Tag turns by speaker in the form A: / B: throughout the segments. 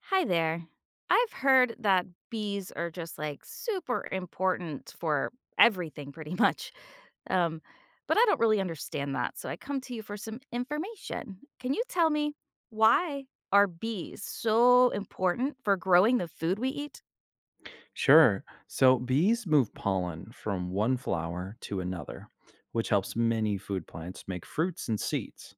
A: Hi there. I've heard that bees are just like super important for everything, pretty much. Um, but I don't really understand that. So I come to you for some information. Can you tell me why are bees so important for growing the food we eat?
B: Sure. So bees move pollen from one flower to another, which helps many food plants make fruits and seeds.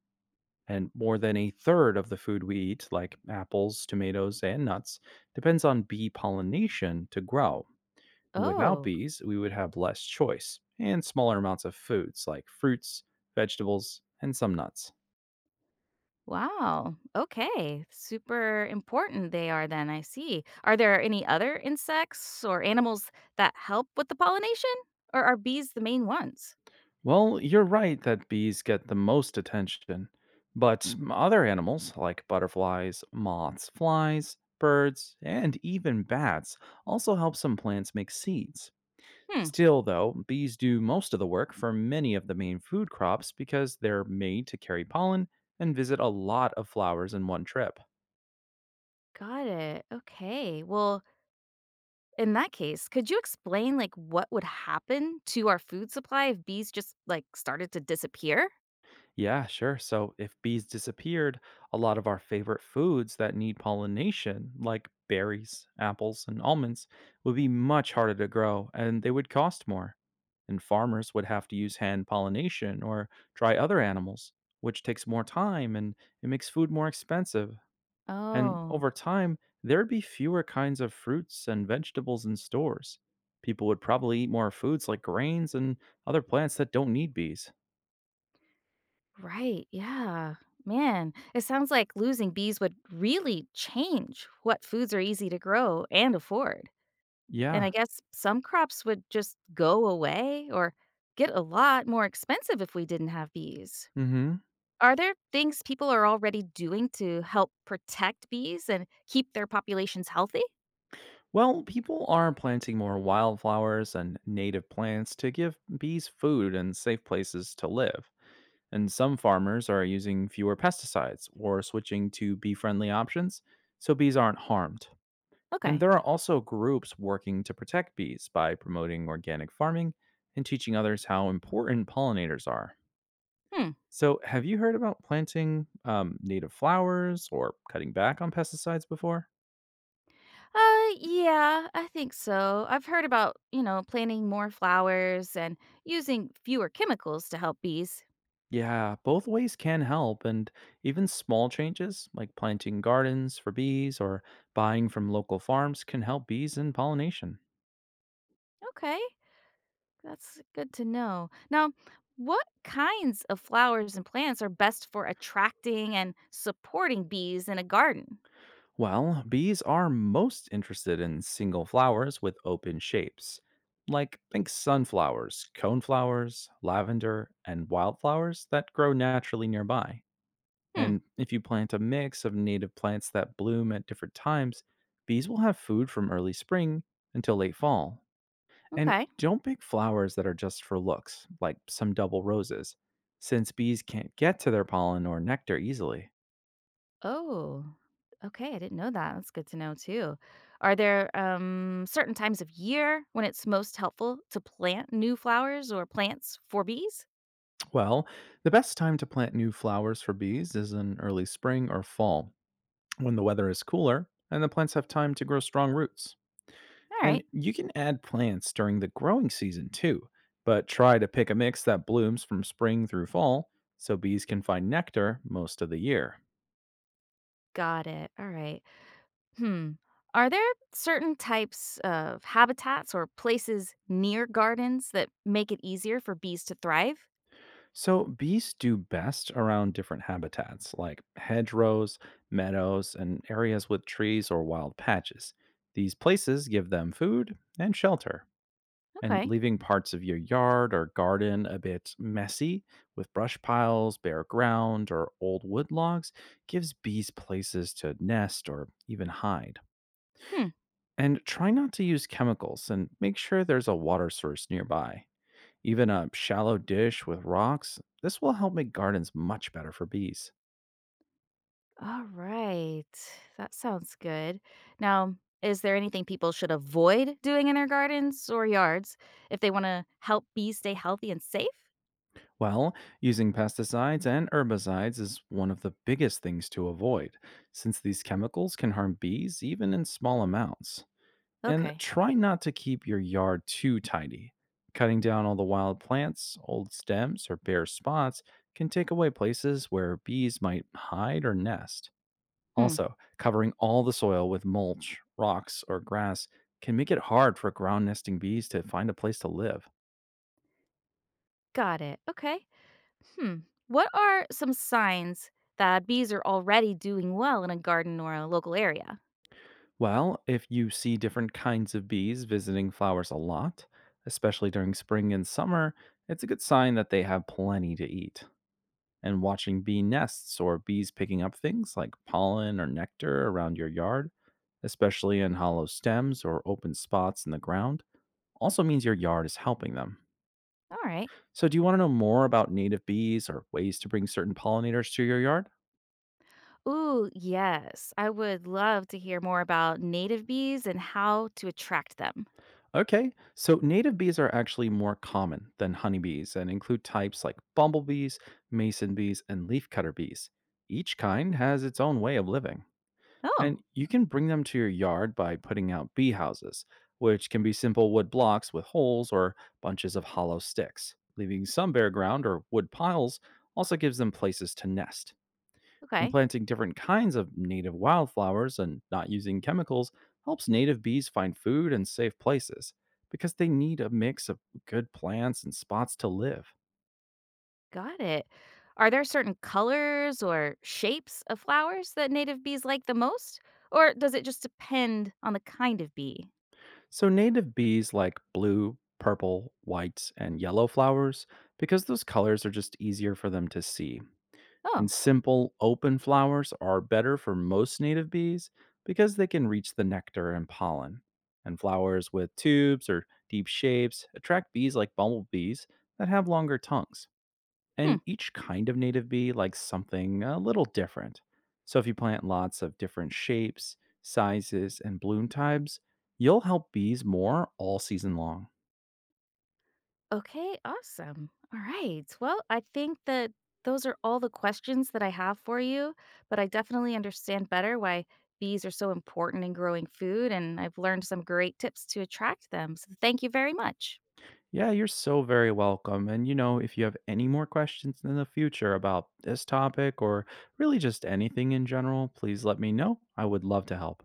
B: And more than a third of the food we eat, like apples, tomatoes, and nuts, depends on bee pollination to grow. Without
A: Oh,
B: bees, we would have less choice and smaller amounts of foods like fruits, vegetables, and some nuts.
A: wow. Okay. Super important they are then. I see. Are there any other insects or animals that help with the pollination? Or are bees the main ones?
B: Well, you're right that bees get the most attention, but other animals like butterflies, moths, flies, birds, and even bats also help some plants make seeds.
A: Hmm.
B: Still, though, bees do most of the work for many of the main food crops because they're made to carry pollen and visit a lot of flowers in one trip.
A: Got it. Okay. Well, in that case, could you explain like what would happen to our food supply if bees just like started to disappear?
B: Yeah, sure. So if bees disappeared, a lot of our favorite foods that need pollination, like berries, apples, and almonds, would be much harder to grow and they would cost more. And farmers would have to use hand pollination or try other animals, which takes more time and it makes food more expensive. And
A: Oh,
B: over time, there'd be fewer kinds of fruits and vegetables in stores. People would probably eat more foods like grains and other plants that don't need bees.
A: right. Yeah. Man, it sounds like losing bees would really change what foods are easy to grow and afford. And I
B: Yeah.
A: guess some crops would just go away or get a lot more expensive if we didn't have bees.
B: Mm hmm.
A: Are there things people are already doing to help protect bees and keep their populations healthy?
B: Well, people are planting more wildflowers and native plants to give bees food and safe places to live. And some farmers are using fewer pesticides or switching to bee friendly options so bees aren't harmed. And
A: Okay.
B: there are also groups working to protect bees by promoting organic farming and teaching others how important pollinators are.
A: Hmm.
B: So, have you heard about planting native flowers or cutting back on pesticides before?
A: Yeah, I think so. I've heard about, you know, planting more flowers and using fewer chemicals to help bees.
B: Yeah, both ways can help, and even small changes like planting gardens for bees or buying from local farms can help bees in pollination.
A: Okay. That's good to know. Now, what kinds of flowers and plants are best for attracting and supporting bees in a garden?
B: Well, bees are most interested in single flowers with open shapes. Like, think sunflowers, coneflowers, lavender, and wildflowers that grow naturally nearby.
A: Hmm.
B: And if you plant a mix of native plants that bloom at different times, bees will have food from early spring until late fall. And
A: Okay.
B: don't pick flowers that are just for looks, like some double roses, since bees can't get to their pollen or nectar easily.
A: Oh, okay, I didn't know that. That's good to know too. Are there certain times of year when it's most helpful to plant new flowers or plants for bees?
B: Well, the best time to plant new flowers for bees is in early spring or fall, when the weather is cooler and the plants have time to grow strong roots.
A: All
B: And
A: right,
B: you can add plants during the growing season too, but try to pick a mix that blooms from spring through fall so bees can find nectar most of the year.
A: got it. All right. Hmm. Are there certain types of habitats or places near gardens that make it easier for bees to thrive?
B: So, bees do best around different habitats like hedgerows, meadows, and areas with trees or wild patches. These places give them food and shelter, and
A: Okay.
B: leaving parts of your yard or garden a bit messy with brush piles, bare ground, or old wood logs gives bees places to nest or even hide.
A: Hmm.
B: And try not to use chemicals and make sure there's a water source nearby. Even a shallow dish with rocks, this will help make gardens much better for bees.
A: All right. That sounds good. Now, is there anything people should avoid doing in their gardens or yards if they want to help bees stay healthy and safe?
B: Well, using pesticides and herbicides is one of the biggest things to avoid, since these chemicals can harm bees even in small amounts. And
A: Okay.
B: try not to keep your yard too tidy. Cutting down all the wild plants, old stems, or bare spots can take away places where bees might hide or nest.
A: Hmm.
B: Also, covering all the soil with mulch, rocks, or grass can make it hard for ground nesting bees to find a place to live.
A: Got it. Okay. Hmm. What are some signs that bees are already doing well in a garden or a local area?
B: Well, if you see different kinds of bees visiting flowers a lot, especially during spring and summer, it's a good sign that they have plenty to eat. And watching bee nests or bees picking up things like pollen or nectar around your yard, especially in hollow stems or open spots in the ground, also means your yard is helping them.
A: All right.
B: So, do you want to know more about native bees or ways to bring certain pollinators to your yard?
A: Ooh, yes. I would love to hear more about native bees and how to attract them.
B: Okay, so native bees are actually more common than honeybees and include types like bumblebees, mason bees, and leafcutter bees. Each kind has its own way of living.
A: Oh,
B: And you can bring them to your yard by putting out bee houses, which can be simple wood blocks with holes or bunches of hollow sticks. Leaving some bare ground or wood piles also gives them places to nest. And
A: okay.
B: planting different kinds of native wildflowers and not using chemicals helps native bees find food and safe places because they need a mix of good plants and spots to live.
A: Got it. Are there certain colors or shapes of flowers that native bees like the most? Or does it just depend on the kind of bee?
B: So, native bees like blue, purple, white, and yellow flowers because those colors are just easier for them to see.
A: Oh,
B: And simple open flowers are better for most native bees because they can reach the nectar and pollen. And flowers with tubes or deep shapes attract bees like bumblebees that have longer tongues.
A: hmm.
B: And each kind of native bee likes something a little different. So if you plant lots of different shapes, sizes, and bloom types, you'll help bees more all season long.
A: Okay, awesome. All right. Well, I think that those are all the questions that I have for you, but I definitely understand better why bees are so important in growing food, and I've learned some great tips to attract them. So thank you very much.
B: Yeah, you're so very welcome. And, you know, if you have any more questions in the future about this topic or really just anything in general, please let me know. I would love to help.